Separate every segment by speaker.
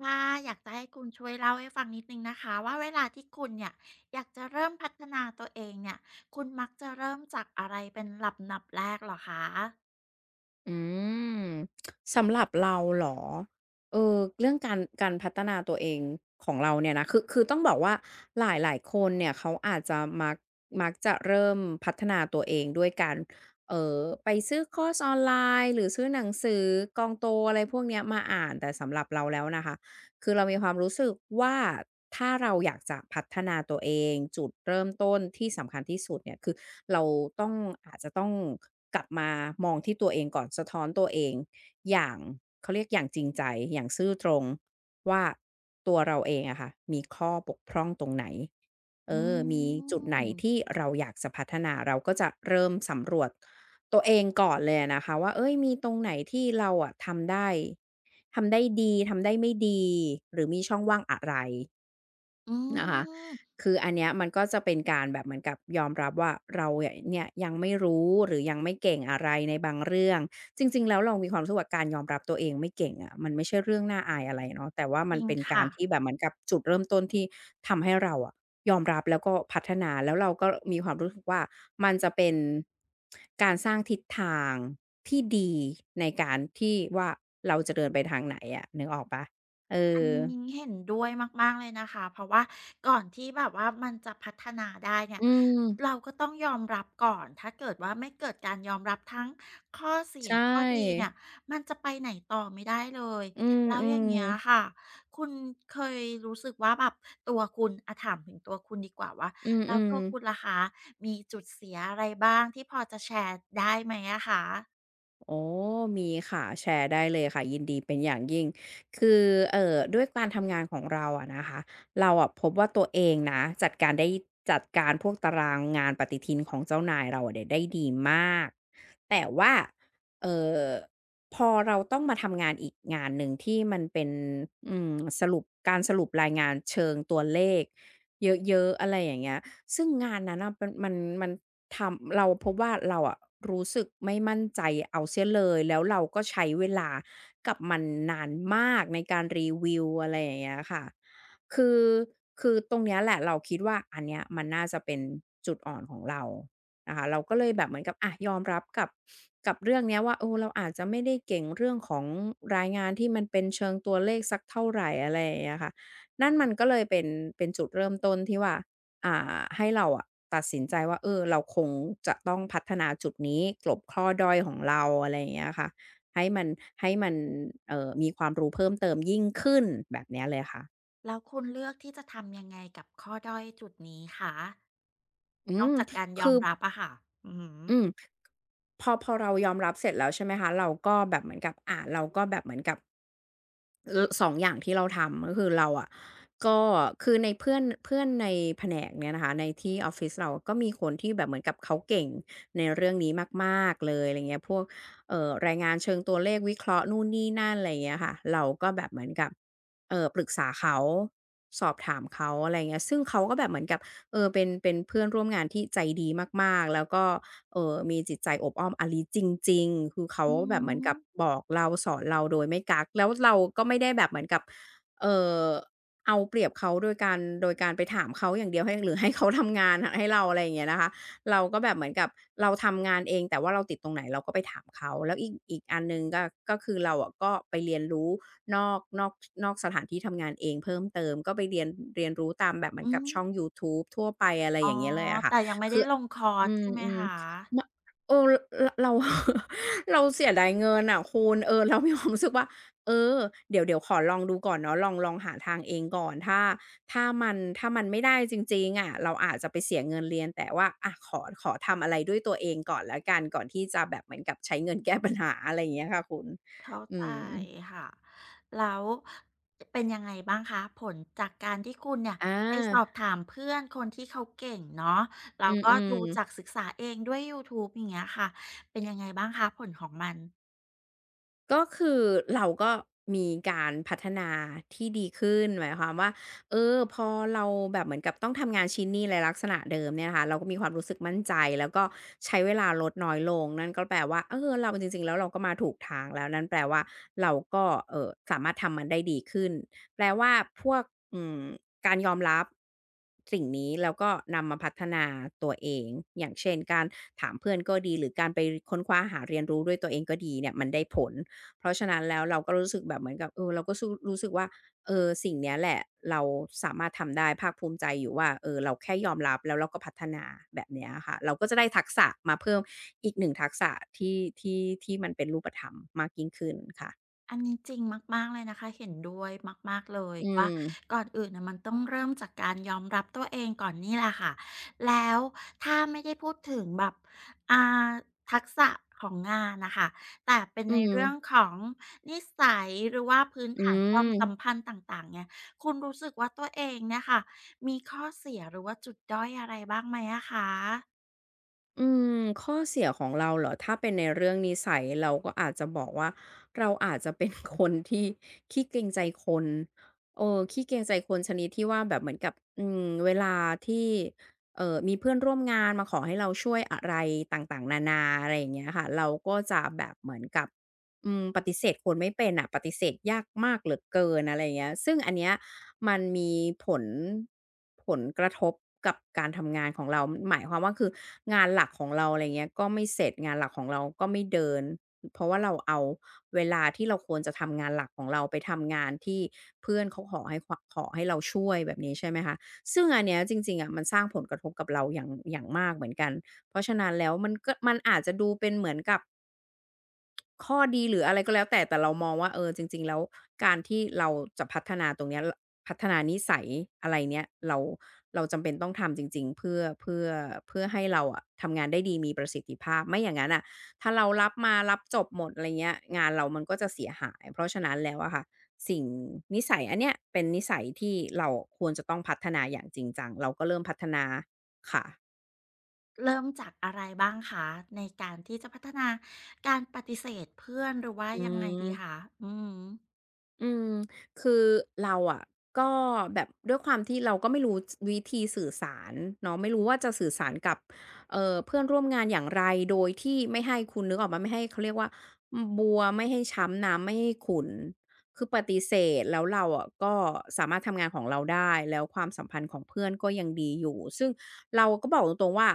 Speaker 1: ค่ะอยากจะให้คุณช่วยเล่าให้ฟังนิดหนึ่งนะคะว่าเวลาที่คุณเนี่ยอยากจะเริ่มพัฒนาตัวเองเนี่ยคุณมักจะเริ่มจากอะไรเป็นลำดับแรกเหรอคะ
Speaker 2: อืมสำหรับเราเหรอเออเรื่องการพัฒนาตัวเองของเราเนี่ยนะคือต้องบอกว่าหลายๆคนเนี่ยเขาอาจจะมักจะเริ่มพัฒนาตัวเองด้วยการเอ่อไปซื้อคอร์สออนไลน์หรือซื้อหนังสือกองโตอะไรพวกเนี้ยมาอ่านแต่สำหรับเราแล้วนะคะ คือเรามีความรู้สึกว่าถ้าเราอยากจะพัฒนาตัวเองจุดเริ่มต้นที่สำคัญที่สุดเนี่ยคือเราต้องอาจจะต้องกลับมามองที่ตัวเองก่อนสะท้อนตัวเองอย่างเขาเรียกอย่างจริงใจอย่างซื่อตรงว่าตัวเราเองอะค่ะมีข้อบกพร่องตรงไหนเอ
Speaker 1: อื
Speaker 2: อมีจุดไหนที่
Speaker 1: ม
Speaker 2: เราอยากจะพัฒนาเราก็จะเริ่มสำรวจตัวเองก่อนเลยอะนะคะว่าเฮ้ยมีตรงไหนที่เราอะทำได้ ทำได้ดีทำได้ไม่ดีหรือมีช่องว่างอะไร
Speaker 1: อื
Speaker 2: นะคะ
Speaker 1: ม
Speaker 2: คืออันเนี้ยมันก็จะเป็นการแบบเหมือนกับยอมรับว่าเราเนี่ยยังไม่รู้หรือยังไม่เก่งอะไรในบางเรื่องจริงๆแล้วเรามีความรู้สึกว่าการยอมรับตัวเองไม่เก่งอะมันไม่ใช่เรื่องน่าอายอะไรเนาะแต่ว่า
Speaker 1: จ
Speaker 2: มัน
Speaker 1: ริง
Speaker 2: เป็นกา
Speaker 1: ค่ะ
Speaker 2: รที่แบบเหมือนกับจุดเริ่มต้นที่ทำให้เราอะยอมรับแล้วก็พัฒนาแล้วเราก็มีความรู้สึกว่ามันจะเป็นการสร้างทิศทางที่ดีในการที่ว่าเราจะเดินไปทางไหนอะนึกออกเปล่าเอ
Speaker 1: อั
Speaker 2: อ
Speaker 1: นนี้เห็นด้วยมากๆเลยนะคะเพราะว่าก่อนที่แบบว่ามันจะพัฒนาได้เนี่ย
Speaker 2: อื
Speaker 1: เรา
Speaker 2: ม
Speaker 1: ก็ต้องยอมรับก่อนถ้าเกิดว่าไม่เกิดการยอมรับทั้งข้อเสีย
Speaker 2: ใช
Speaker 1: ข้อดีเนี่
Speaker 2: ่
Speaker 1: ยมันจะไปไหนต่อไม่ได้เลย
Speaker 2: อืม
Speaker 1: แล้ว
Speaker 2: อื
Speaker 1: อย่า
Speaker 2: ม
Speaker 1: งเงี้ยค่ะคุณเคยรู้สึกว่าแบบตัวคุณอะถามถึงตัวคุณดีกว่าว่า
Speaker 2: อืม
Speaker 1: แล้
Speaker 2: อื
Speaker 1: ว
Speaker 2: อ
Speaker 1: ตัวคุณล่ะคะมีจุดเสียอะไรบ้างที่พอจะแชร์ได้ไหมอะคะ
Speaker 2: โอมีค่ะแชร์ได้เลยค่ะยินดีเป็นอย่างยิ่งคือด้วยการทำงานของเราอะนะคะเราอะพบว่าตัวเองนะจัดการได้จัดการพวกตารางงานปฏิทินของเจ้านายเราอะเนี่ยได้ดีมากแต่ว่าเอ่อพอเราต้องมาทำงานอีกงานหนึ่งที่มันเป็นอืมสรุปการสรุปรายงานเชิงตัวเลขเยอะๆอะไรอย่างเงี้ยซึ่งงานนั้นอะมัน ทำเราพบว่าเราอะรู้สึกไม่มั่นใจเอาเสียเลยแล้วเราก็ใช้เวลากับมันนานมากในการรีวิวอะไรอย่างเงี้ยค่ะคือคือตรงเนี้ยแหละเราคิดว่าอันเนี้ยมันน่าจะเป็นจุดอ่อนของเรานะคะเราก็เลยแบบเหมือนกับอะยอมรับกับเรื่องเนี้ยว่าเออเราอาจจะไม่ได้เก่งเรื่องของรายงานที่มันเป็นเชิงตัวเลขสักเท่าไรอะไรอย่างเงี้ยค่ะนั่นมันก็เลยเป็นจุดเริ่มต้นที่ว่า อ่าให้เราอะตัดสินใจว่าเออเราคงจะต้องพัฒนาจุดนี้กลบข้อด้อยของเราอะไรอย่างเงี้ยค่ะให้มันให้มันมีความรู้เพิ่มเติมยิ่งขึ้นแบบเนี้ยเลยค่ะ
Speaker 1: แล้วคุณเลือกที่จะทำยังไงกับข้อด้อยจุดนี้คะ
Speaker 2: อื
Speaker 1: นอก
Speaker 2: ม
Speaker 1: จากการยอ
Speaker 2: คื
Speaker 1: ม
Speaker 2: อ
Speaker 1: รับอะค่ะ อือ
Speaker 2: อืมพอเรายอมรับเสร็จแล้วใช่ไหมคะเราก็แบบเหมือนกับอ่าเราก็แบบเหมือนกับ เออ2องอย่างที่เราทำก็คือเราอะก็คือในเพื่อนเพื่อนในแผนกเนี่ยนะคะในที่ออฟฟิศเราก็มีคนที่แบบเหมือนกับเขาเก่งในเรื่องนี้มากๆเลยอะไรเงี้ยพวกรายงานเชิงตัวเลขวิเคราะห์นู่นนี่นั่นอะไรเงี้ยค่ะเราก็แบบเหมือนกับปรึกษาเขาสอบถามเขาอะไรเงี้ยซึ่งเขาก็แบบเหมือนกับเออเป็นเพื่อนร่วมงานที่ใจดีมากๆแล้วก็ เออ มีจิตใจอบอ้อมอารีจริงๆคือเขา
Speaker 1: อื
Speaker 2: แบบเหมือนกับ
Speaker 1: อ
Speaker 2: บอกเราสอนเราโดยไม่กักแล้วเราก็ไม่ได้แบบเหมือนกับเอ่อเอาเปรียบเขาโดยการไปถามเขาอย่างเดียวให้หรือให้เขาทำงานหให้เราอะไรอย่างเงี้ยนะคะเราก็แบบเหมือนกับเราทำงานเองแต่ว่าเราติดตรงไหนเราก็ไปถามเขาแล้วอีกอันหนึ่งก็ก็คือเราอะก็ไปเรียนรู้นอกนอกนอกสถานที่ทำงานเองเพิ่มเติมก็ไปเรียนรู้ตามแบบเหมือ
Speaker 1: อื
Speaker 2: น
Speaker 1: ม
Speaker 2: กับ
Speaker 1: อ
Speaker 2: ช่อง
Speaker 1: ม
Speaker 2: ยูทูบทั่วไปอะไร
Speaker 1: อ๋อ
Speaker 2: อย่างเงี้ยเลยอะค่ะ
Speaker 1: แต่ยังไม่ได้
Speaker 2: คือ
Speaker 1: ลงคอร์ส
Speaker 2: อืม
Speaker 1: ใช่ไหมคะ
Speaker 2: ๆมเออรเรา เราเสียดายเงินอะคุณเออเรามีความรู้สึกว่าเออเดี๋ยวขอลองดูก่อนเนาะลองหาทางเองก่อนถ้าถ้ามันไม่ได้จริงๆอะเราอาจจะไปเสียเงินเรียนแต่ว่าอะขอทำอะไรด้วยตัวเองก่อนแล้วกันก่อนที่จะแบบเหมือนกับใช้เงินแก้ปัญหาอะไรอย่างเงี้ยค่ะคุณ
Speaker 1: เข้า
Speaker 2: อื
Speaker 1: ใจ
Speaker 2: ม
Speaker 1: ค่ะ แล้วเป็นยังไงบ้างคะผลจากการที่คุณเนี่ย
Speaker 2: อา
Speaker 1: ไปสอบถามเพื่อนคนที่เขาเก่งเนาะแล้
Speaker 2: อื
Speaker 1: วก็ดู
Speaker 2: ม
Speaker 1: จากศึกษาเองด้วยยูทูบอย่างเงี้ยค่ะ เป็นยังไงบ้างคะผลของมัน
Speaker 2: ก็คือเราก็มีการพัฒนาที่ดีขึ้นหมายความว่าเออพอเราแบบเหมือนกับต้องทำงานชิ้นนี้ในลักษณะเดิมเนี่ยนะคะเราก็มีความรู้สึกมั่นใจแล้วก็ใช้เวลาลดน้อยลงนั่นก็แปลว่าเออเราจริงๆแล้วเราก็มาถูกทางแล้วนั่นแปลว่าเราก็สามารถทำมันได้ดีขึ้นแปลว่าพวกอืมการยอมรับสิ่งนี้แล้วก็นำมาพัฒนาตัวเองอย่างเช่นการถามเพื่อนก็ดีหรือการไปค้นคว้าหาเรียนรู้ด้วยตัวเองก็ดีเนี่ยมันได้ผล เพราะฉะนั้นแล้วเราก็รู้สึกแบบเหมือนกับเออเราก็สู้รู้สึกว่าเออสิ่งเนี้ยแหละเราสามารถทำได้ภาคภูมิใจอยู่ว่าเออเราแค่ยอมรับแล้วเราก็พัฒนาแบบเนี้ยอะค่ะเราก็จะได้ทักษะมาเพิ่มอีกหนึงทักษะที่มันเป็นรูปธรรมมากยิ่งขึ้นค่ะ
Speaker 1: อันนี้จริงมากๆเลยนะคะเห็นด้วยมากๆเลย
Speaker 2: อื
Speaker 1: ว่า
Speaker 2: ม
Speaker 1: ก่อนอื่นน่ะมันต้องเริ่มจากการยอมรับตัวเองก่อนนี่แหละค่ะแล้วถ้าไม่ได้พูดถึงแบบอ่าทักษะของงานนะคะแต่เป็น
Speaker 2: อื
Speaker 1: ในเรื่อง
Speaker 2: ม
Speaker 1: ของนิสัยหรือว่าพื้น
Speaker 2: อื
Speaker 1: ฐานความสัม
Speaker 2: ม
Speaker 1: พันธ์ต่างๆเนี่ยคุณรู้สึกว่าตัวเองเนี่ยค่ะมีข้อเสียหรือว่าจุดด้อยอะไรบ้างไหมอะคะ
Speaker 2: อืมข้อเสียของเราเหรอถ้าเป็นในเรื่องนิสัยเราก็อาจจะบอกว่าเราอาจจะเป็น คนที่ขี้เกรงใจคนเออขี้เกรงใจคนชนิดที่ว่าแบบเหมือนกับเวลาที่มีเพื่อนร่วมงานมาขอให้เราช่วยอะไรต่างๆนานาอะไรอย่างเงี้ยค่ะเราก็จะแบบเหมือนกับปฏิเสธคนไม่เป็นน่ะปฏิเสธยากมากเหลือเกินอะไรอย่างเงี้ยซึ่งอันเนี้ย มันมีผลผลกระทบกับการทำงานของเราหมายความว่าคืองานหลักของเราอะไรเงี้ยก็ไม่เสร็จงานหลักของเราก็ไม่เดินเพราะว่าเราเอาเวลาที่เราควรจะทำงานหลักของเราไปทำงานที่เพื่อนเขาขอให้เราช่วยแบบนี้ใช่ไหมคะซึ่งอันเนี้ยจริงๆอะมันสร้างผลกระทบกับเราอย่างมากเหมือนกันเพราะฉะนั้นแล้วมันก็มันอาจจะดูเป็นเหมือนกับ ข้อดีหรืออะไรก็แล้วแต่แต่เรามองว่าเออจริงๆแล้วการที่เราจะพัฒนาตรงเนี้ยลพัฒนานิสัยอะไรเนี้ยเราจำเป็นต้องทำจริงๆเพื่อให้เราอะทำงานได้ดีมีประสิทธิภาพไม่อย่างงั้นน่ะถ้าเรารับมารับจบหมดอะไรเงี้ยงานเรามันก็จะเสียหายเพราะฉะนั้นแล้วอะค่ะสิ่งนิสัยอันเนี้ยเป็นนิสัยที่เราควรจะต้องพัฒนาอย่างจริงจังเราก็เริ่มพัฒนาค่ะ
Speaker 1: เริ่มจากอะไรบ้างคะในการที่จะพัฒนาการปฏิเสธเพื่อนหรือว่า
Speaker 2: อื
Speaker 1: ยังไงดีคะ
Speaker 2: ม
Speaker 1: อือฮึ
Speaker 2: อืมคือเราอะก็แบบด้วยความที่เราก็ไม่รู้วิธีสื่อสารเนาะไม่รู้ว่าจะสื่อสารกับเพื่อนร่วมงานอย่างไรโดยที่ไม่ให้คุณนึกออกไหมไม่ให้เขาเรียกว่าบัวไม่ให้ช้ำน้ำไม่ให้ขุ่นคือปฏิเสธแล้วเราอะก็สามารถทำงานของเราได้แล้วความสัมพันธ์ของเพื่อนก็ยังดีอยู่ซึ่งเราก็บอกตรงๆว่า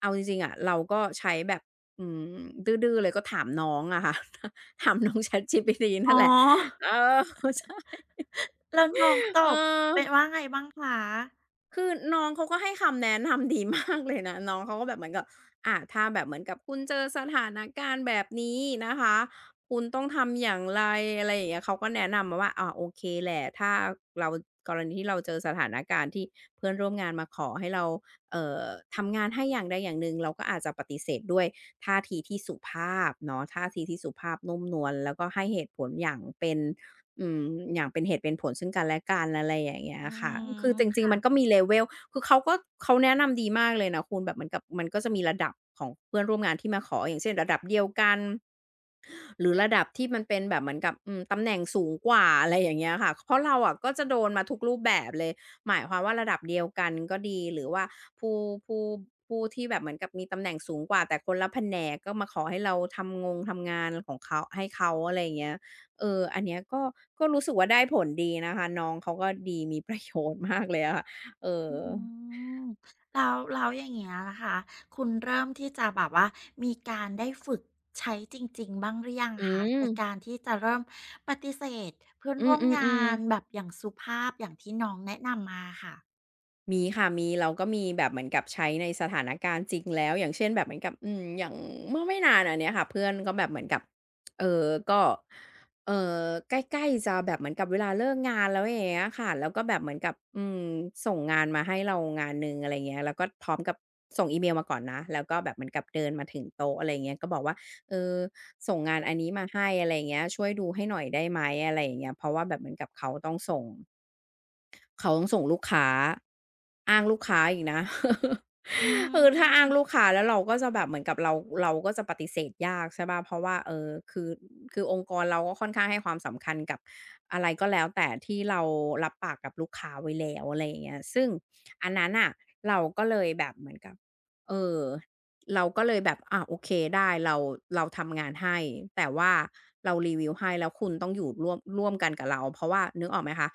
Speaker 2: เอาจริงๆอะเราก็ใช้แบบอืมดื้อๆเลยก็ถามน้องอะค่ะ ถามน้อง ChatGPT
Speaker 1: อ๋อ
Speaker 2: นั่นแหละ เออ ใช่
Speaker 1: แล้วน้องต
Speaker 2: เ
Speaker 1: อบเป็น
Speaker 2: ออ
Speaker 1: ว่าไงบ้างคะ
Speaker 2: คือน้องเขาก็ให้คำแนะนำ ดีมากเลยนะน้องเขาก็แบบเหมือนกับอ่าถ้าแบบเหมือนกับคุณเจอสถานการณ์แบบนี้นะคะคุณต้องทำอย่างไรอะไรอย่างเงี้ยเขาก็แนะนำมาว่าอ่าโอเคแหละถ้าเรากรณีที่เราเจอสถานการณ์ที่เพื่อนร่วมงานมาขอให้เราเอ่อทำงานให้อย่างใดอย่างหนึ่งเราก็อาจจะปฏิเสธด้วยท่าทีที่สุภาพเนาะท่าทีที่สุภาพนุ่มนวลแล้วก็ให้เหตุผลอย่างเป็น อืมอย่างเป็นเหตุเป็นผลซึ่งกันและกันอะไรอย่างเงี้ย
Speaker 1: อื
Speaker 2: ค่ะ คื
Speaker 1: ม
Speaker 2: อจริงๆมันก็
Speaker 1: ค่ะ
Speaker 2: มี level คือเขาก็เขาแนะนำดีมากเลยนะคุณแบบเหมือนกับมันก็จะมีระดับของเพื่อนร่วมงานที่มาขออย่างเช่นระดับเดียวกัน หรือระดับที่มันเป็นแบบเหมือนกับตำแหน่งสูงกว่าอะไรอย่างเงี้ยค่ะเพราะเราอะก็จะโดนมาทุกรูปแบบเลยหมายความว่าระดับเดียวกันก็ดีหรือว่าผู้ผู้ผู้ที่แบบเหมือนกับมีตำแหน่งสูงกว่าแต่คนละแผนกก็มาขอให้เราทำงงทำงานของเขาให้เขาอะไรอย่างเงี้ยเอออันเนี้ยก็รู้สึกว่าได้ผลดีนะคะน้องเขาก็ดีมีประโยชน์มากเลยอะค่ะเออ
Speaker 1: อืมแล้วอย่างเงี้ยนะคะคุณเริ่มที่จะแบบว่ามีการได้ฝึกใช้จริงๆบ้างหรือยัง
Speaker 2: อื
Speaker 1: คะในการ
Speaker 2: ม
Speaker 1: ที่จะเริ่มปฏิเสธเพื่อน
Speaker 2: อื
Speaker 1: ร่วมงา
Speaker 2: อ
Speaker 1: นแบ
Speaker 2: ๆๆ
Speaker 1: บอย่างสุภาพอย่างที่น้องแนะนำมาค่ะ
Speaker 2: มีค่ะมีเราก็มีแบบเหมือนกับใช้ในสถานการณ์จริงแล้วอย่างเช่นแบบเหมือนกับอย่างเมื่อไม่นานอันเนี้ยค่ะเพื่อนก็แบบเหมือนกับเอ่อก็เอ่อใกล้ๆจะแบบเหมือนกับเวลาเลิกงานแล้วอย่างเงี้ยค่ะแล้วก็แบบเหมือนกับส่งงานมาให้เรางานหนึ่งอะไรเงี้ยแล้วก็พร้อมกับส่งอีเมลมาก่อนนะแล้วก็แบบเหมือนกับเดินมาถึงโต๊ะอะไรเงี้ยก็บอกว่าเออส่งงานอันนี้มาให้อะไรเงี้ยช่วยดูให้หน่อยได้ไหมอะไรอย่างเงี้ยเพราะว่าแบบเหมือนกับเขาต้องส่งลูกค้าอ้างลูกค้าอีกนะ
Speaker 1: อื
Speaker 2: เออถ้าอ้างลูก
Speaker 1: ม
Speaker 2: ค้าแล้วเราก็จะแบบเหมือนกับเราก็จะปฏิเสธยากใช่ป่าเพราะว่าเออคือองค์กรเราก็ค่อนข้างให้ความสำคัญกับอะไรก็แล้วแต่ที่เรารับปากกับลูกค้าไว้แล้วอะไรอย่างเงี้ยซึ่งอันนั้นอ่ะเราก็เลยแบบเหมือนกับเออเราก็เลยแบบอะโอเคได้เราทำงานให้แต่ว่าเรารีวิวให้แล้วคุณต้องอยู่ร่วมกันกับเราเพราะว่านึกออกไหมคะ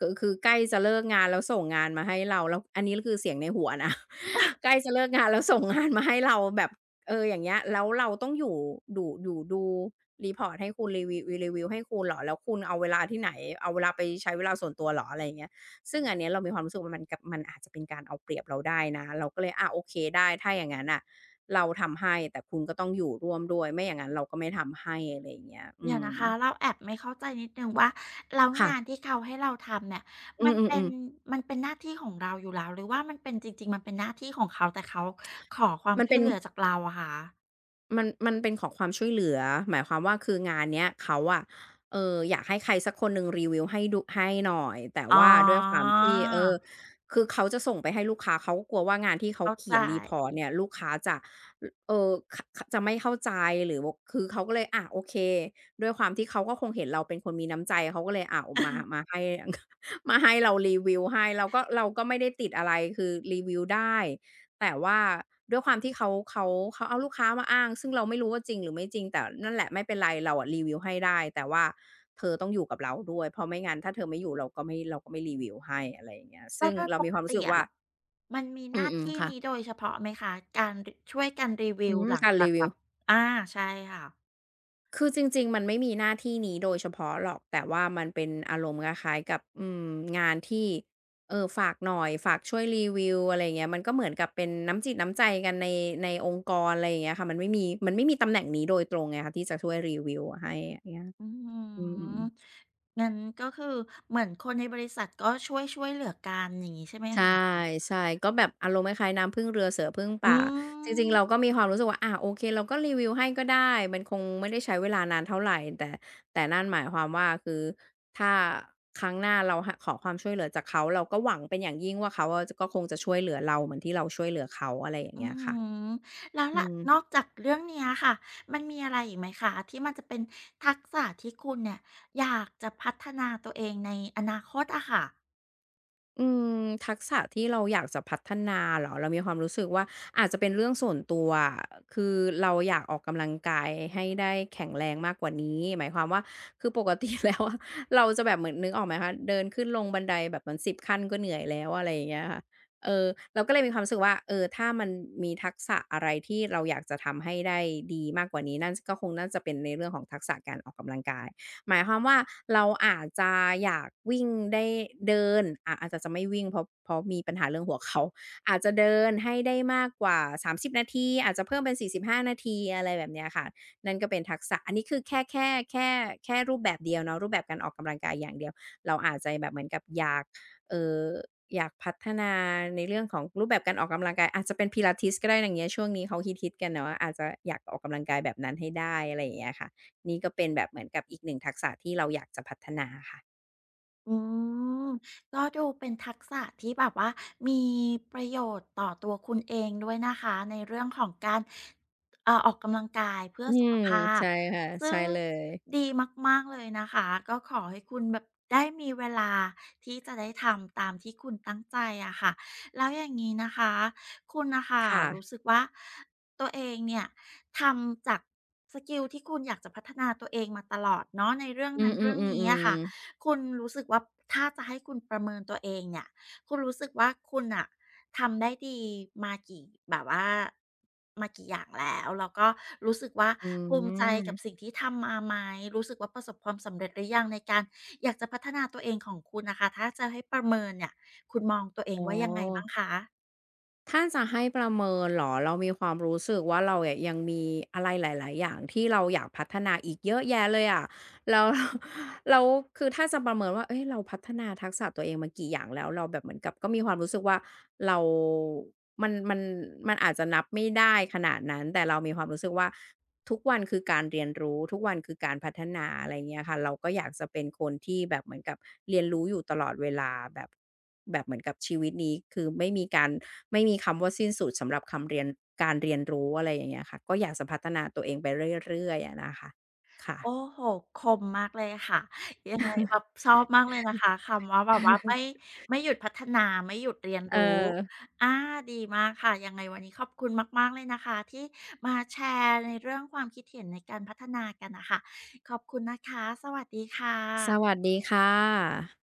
Speaker 2: ก็คือใกล้จะเลิกงานแล้วส่งงานมาให้เราแล้วอันนี้คือเสียงในหัวนะ ใกล้จะเลิกงานแล้วส่งงานมาให้เราแบบเอออย่างเงี้ยแล้วเราต้องอยู่ดูรีพอร์ตให้คุณรีวิวให้คุณเหรอแล้วคุณเอาเวลาที่ไหนเอาเวลาไปใช้เวลาส่วนตัวเหรออะไรอย่างเงี้ยซึ่งอันเนี้ยเรามีความรู้สึกว่ามันอาจจะเป็นการเอาเปรียบเราได้นะเราก็เลยอาโอเคได้ถ้าอย่างงั้นน่ะเราทำให้แต่คุณก็ต้องอยู่ร่วมด้วยไม่อย่างนั้นเราก็ไม่ทำให้อะไรอย่างเงี้ย
Speaker 1: เดี๋ยวนะคะเราแอบไม่เข้าใจนิดนึงว่าแล้ว
Speaker 2: ค่ะ
Speaker 1: งานที่เขาให้เราทำเนี่ย
Speaker 2: อื
Speaker 1: มันเป็น
Speaker 2: อๆๆ
Speaker 1: มันเป็นหน้าที่ของเราอยู่แล้วหรือว่ามันเป็นจริงๆมันเป็นหน้าที่ของเขาแต่เขาขอความ
Speaker 2: มัน
Speaker 1: ช่ว
Speaker 2: เป็
Speaker 1: ย
Speaker 2: น
Speaker 1: เหลือจากเราอะคะ
Speaker 2: มันเป็นขอความช่วยเหลือหมายความว่าคืองานเนี้ยเขาอะอยากให้ใครสักคนหนึ่งรีวิวให้ดูให้หน่อยแต่
Speaker 1: อ๋อ
Speaker 2: ว่าด้วยความที่เออคือเขาจะส่งไปให้ลูกค้าเขาก็กลัวว่างานที่เขา
Speaker 1: เข้าใจ
Speaker 2: เขียน report เนี่ยลูกค้าจะเอ่อขขจะไม่เข้าใจหรือวคือเขาก็เลยอะโอเคด้วยความที่เขาก็คงเห็นเราเป็นคนมีน้ำใจเขาก็เลยอะมา มาให้ มาให้เรารีวิวให้เราก็ไม่ได้ติดอะไรคือรีวิวได้ แต่ว่าด้วยความที่เขาเอาลูกค้ามาอ้างซึ่งเราไม่รู้ว่าจริงหรือไม่จริงแต่นั่นแหละไม่เป็นไรเราอะรีวิวให้ได้แต่ว่าเธอต้องอยู่กับเราด้วยเพราะไม่งั้นถ้าเธอไม่อยู่เราก็ไม่รีวิวให้อะไรอย่างเงี้ย
Speaker 1: แล้ว
Speaker 2: ซึ่ง
Speaker 1: โดย
Speaker 2: เรา
Speaker 1: ป
Speaker 2: มี
Speaker 1: ก
Speaker 2: ความรู้
Speaker 1: ติ
Speaker 2: สึก
Speaker 1: อะ
Speaker 2: ว่า
Speaker 1: มันมีห
Speaker 2: อื
Speaker 1: น้า
Speaker 2: ม
Speaker 1: ที่
Speaker 2: ๆค่ะ
Speaker 1: นี้โดยเฉพาะไหมคะการรช่วยกันรีวิ
Speaker 2: อื
Speaker 1: ว
Speaker 2: ม
Speaker 1: หลัง
Speaker 2: การ
Speaker 1: จาก
Speaker 2: รี
Speaker 1: แบ
Speaker 2: วิว
Speaker 1: บอาใช่ค่ะ
Speaker 2: คือจริงๆมันไม่มีหน้าที่นี้โดยเฉพาะหรอกแต่ว่ามันเป็นอารมณ์คล้ายๆกับงานที่เออฝากหน่อยฝากช่วยรีวิวอะไรอย่างเงี้ยมันก็เหมือนกับเป็นน้ำจิตน้ำใจกันในองค์กรอะไรอย่างเงี้ยค่ะมันไม่มีตำแหน่งนี้โดยตรงไงคะที่จะช่วยรีวิวให้อย่างเงี้ย
Speaker 1: อื้อฮื
Speaker 2: อืม
Speaker 1: องั้นก็คือเหมือนคนในบริษัทก็ช่วยเหลือกันอย่างงี้ใช่ไหม
Speaker 2: ใช่
Speaker 1: คะ
Speaker 2: ใช่ก็แบบอารมณ์คล้ายๆน้ำพึ่งเรือเสือพึ่ง
Speaker 1: อื
Speaker 2: ป่าจริ
Speaker 1: ม
Speaker 2: งๆเราก็มีความรู้สึกว่าอาโอเคเราก็รีวิวให้ก็ได้มันคงไม่ได้ใช้เวลานานเท่าไรแต่แต่นั่นหมายความว่าคือถ้าครั้งหน้าเราขอความช่วยเหลือจากเขาเราก็หวังเป็นอย่างยิ่งว่าเขาอะจะก็คงจะช่วยเหลือเราเหมือนที่เราช่วยเหลือเขาอะไรอย่าง
Speaker 1: อื
Speaker 2: เงี้
Speaker 1: อ
Speaker 2: ย
Speaker 1: ห
Speaker 2: ค่ะ
Speaker 1: ือแล้ว
Speaker 2: อื
Speaker 1: ล่ะ
Speaker 2: ม
Speaker 1: นอกจากเรื่องเนี้ยค่ะมันมีอะไรอีกไหมคะที่มันจะเป็นทักษะที่คุณเนี่ยอยากจะพัฒนาตัวเองในอนาคตอะค่ะ
Speaker 2: อืมทักษะที่เราอยากจะพัฒนาเหรอเรามีความรู้สึกว่าอาจจะเป็นเรื่องส่วนตัวอะคือเราอยากออกกำลังกายให้ได้แข็งแรงมากกว่านี้หมายความว่าคือปกติแล้วอะ เราจะแบบเหมือนนึกออกไหมคะเดินขึ้นลงบันไดแบบมัน10 ขั้นก็เหนื่อยแล้วอะไรอย่างเงี้ยค่ะเออเราก็เลยมีความรู้สึกว่าเออถ้ามันมีทักษะอะไรที่เราอยากจะทำให้ได้ดีมากกว่านี้นั่นก็คงน่าจะเป็นในเรื่องของทักษะการออกกำลังกาย หมายความว่าเราอาจจะอยากวิ่งได้เดินอาอาจจะไม่วิ่งเพราะมีปัญหาเรื่องหัวเข่าอาจจะเดินให้ได้มากกว่า30นาทีอาจจะเพิ่มเป็น45นาทีอะไรแบบเนี้ยค่ะนั่นก็เป็นทักษะอันนี้คือแค่รูปแบบเดียวเนาะรูปแบบการออกกำลังกายอย่างเดียวเราอาจจะแบบเหมือนกับอยากเอ่ออยากพัฒนาในเรื่องของรูปแบบการออกกำลังกายอาจจะเป็น Pilates ก็ได้อย่างเงี้ยช่วงนี้เขาฮิตๆกันเนาะอาจจะอยากออกกำลังกายแบบนั้นให้ได้อะไรอย่างเงี้ยค่ะ นี่ก็เป็นแบบเหมือนกับอีกหนึ่งทักษะที่เราอยากจะพัฒนาค่ะ
Speaker 1: อืมก็ดูเป็นทักษะที่แบบว่ามีประโยชน์ต่อตัวคุณเองด้วยนะคะในเรื่องของการออกกำลังกายเพื่อ
Speaker 2: อื
Speaker 1: สุข
Speaker 2: ม
Speaker 1: ภาพ
Speaker 2: ใช่ค่ะ
Speaker 1: ซึ่
Speaker 2: ใช่
Speaker 1: ง
Speaker 2: เลย
Speaker 1: ดีมากๆเลยนะคะก็ขอให้คุณแบบได้มีเวลาที่จะได้ทำตามที่คุณตั้งใจอะค่ะแล้วอย่างงี้นะคะคุณนะคะ
Speaker 2: ค่ะ
Speaker 1: รู้สึกว่าตัวเองเนี่ยทำจากสกิลที่คุณอยากจะพัฒนาตัวเองมาตลอดเนาะในเรื่อง
Speaker 2: อื
Speaker 1: นั้นเรื่องนี้อะค่ะ
Speaker 2: มๆๆๆ
Speaker 1: คุณรู้สึกว่าถ้าจะให้คุณประเมินตัวเองเนี่ยคุณรู้สึกว่าคุณอะทำได้ดีมากี่แบบว่ามากี่อย่างแล้วก็รู้สึกว่า
Speaker 2: อื
Speaker 1: ภูมิใจกับสิ่ง
Speaker 2: ม
Speaker 1: ที่ทำมาไหมรู้สึกว่าประสบความสำเร็จหรือยังในการอยากจะพัฒนาตัวเองของคุณนะคะถ้าจะให้ประเมินเนี่ยคุณมองตัวเอง
Speaker 2: อ๋
Speaker 1: ว่ายังไงบ้า
Speaker 2: อ
Speaker 1: งคะ
Speaker 2: ถ้าจะให้ประเมินเหรอเรามีความรู้สึกว่าเราอะยังมีอะไรหลายๆอย่างที่เราอยากพัฒนาอีกเยอะแยะเลยอะแล้ว แล้วคือถ้าจะประเมินว่าเอ้ยเราพัฒนาทักษะตัวเองมากี่อย่างแล้วเราแบบเหมือนกับก็มีความรู้สึกว่าเรามันมันมันอาจจะนับไม่ได้ขนาดนั้นแต่เรามีความรู้สึกว่า ทุกวันคือการเรียนรู้ทุกวันคือการพัฒนาอะไรเงี้ยค่ะเราก็อยากจะเป็นคนที่แบบเหมือนกับเรียนรู้อยู่ตลอดเวลาแบบเหมือนกับชีวิตนี้คือไม่มีการไม่มีคำว่าสิ้นสุดสำหรับคำเรียนการเรียนรู้อะไรอย่างเงี้ยค่ะก็อยากจะพัฒนาตัวเองไปเรื่อยๆอะนะคะค่ะ
Speaker 1: โอ้โฮคมมากเลยค่ะยังไงแบบชอบมากเลยนะคะคำว่าแบบว่าไม่ ไม่หยุดพัฒนาไม่หยุดเรียน
Speaker 2: เออ
Speaker 1: รู้อาดีมากค่ะยังไงวันนี้ขอบคุณมากๆเลยนะคะที่มาแชร์ในเรื่องความคิดเห็นในการพัฒนากันน่ะค่ะขอบคุณนะคะสวัสดีค่
Speaker 2: สวั
Speaker 1: ะ
Speaker 2: สดีค่ะ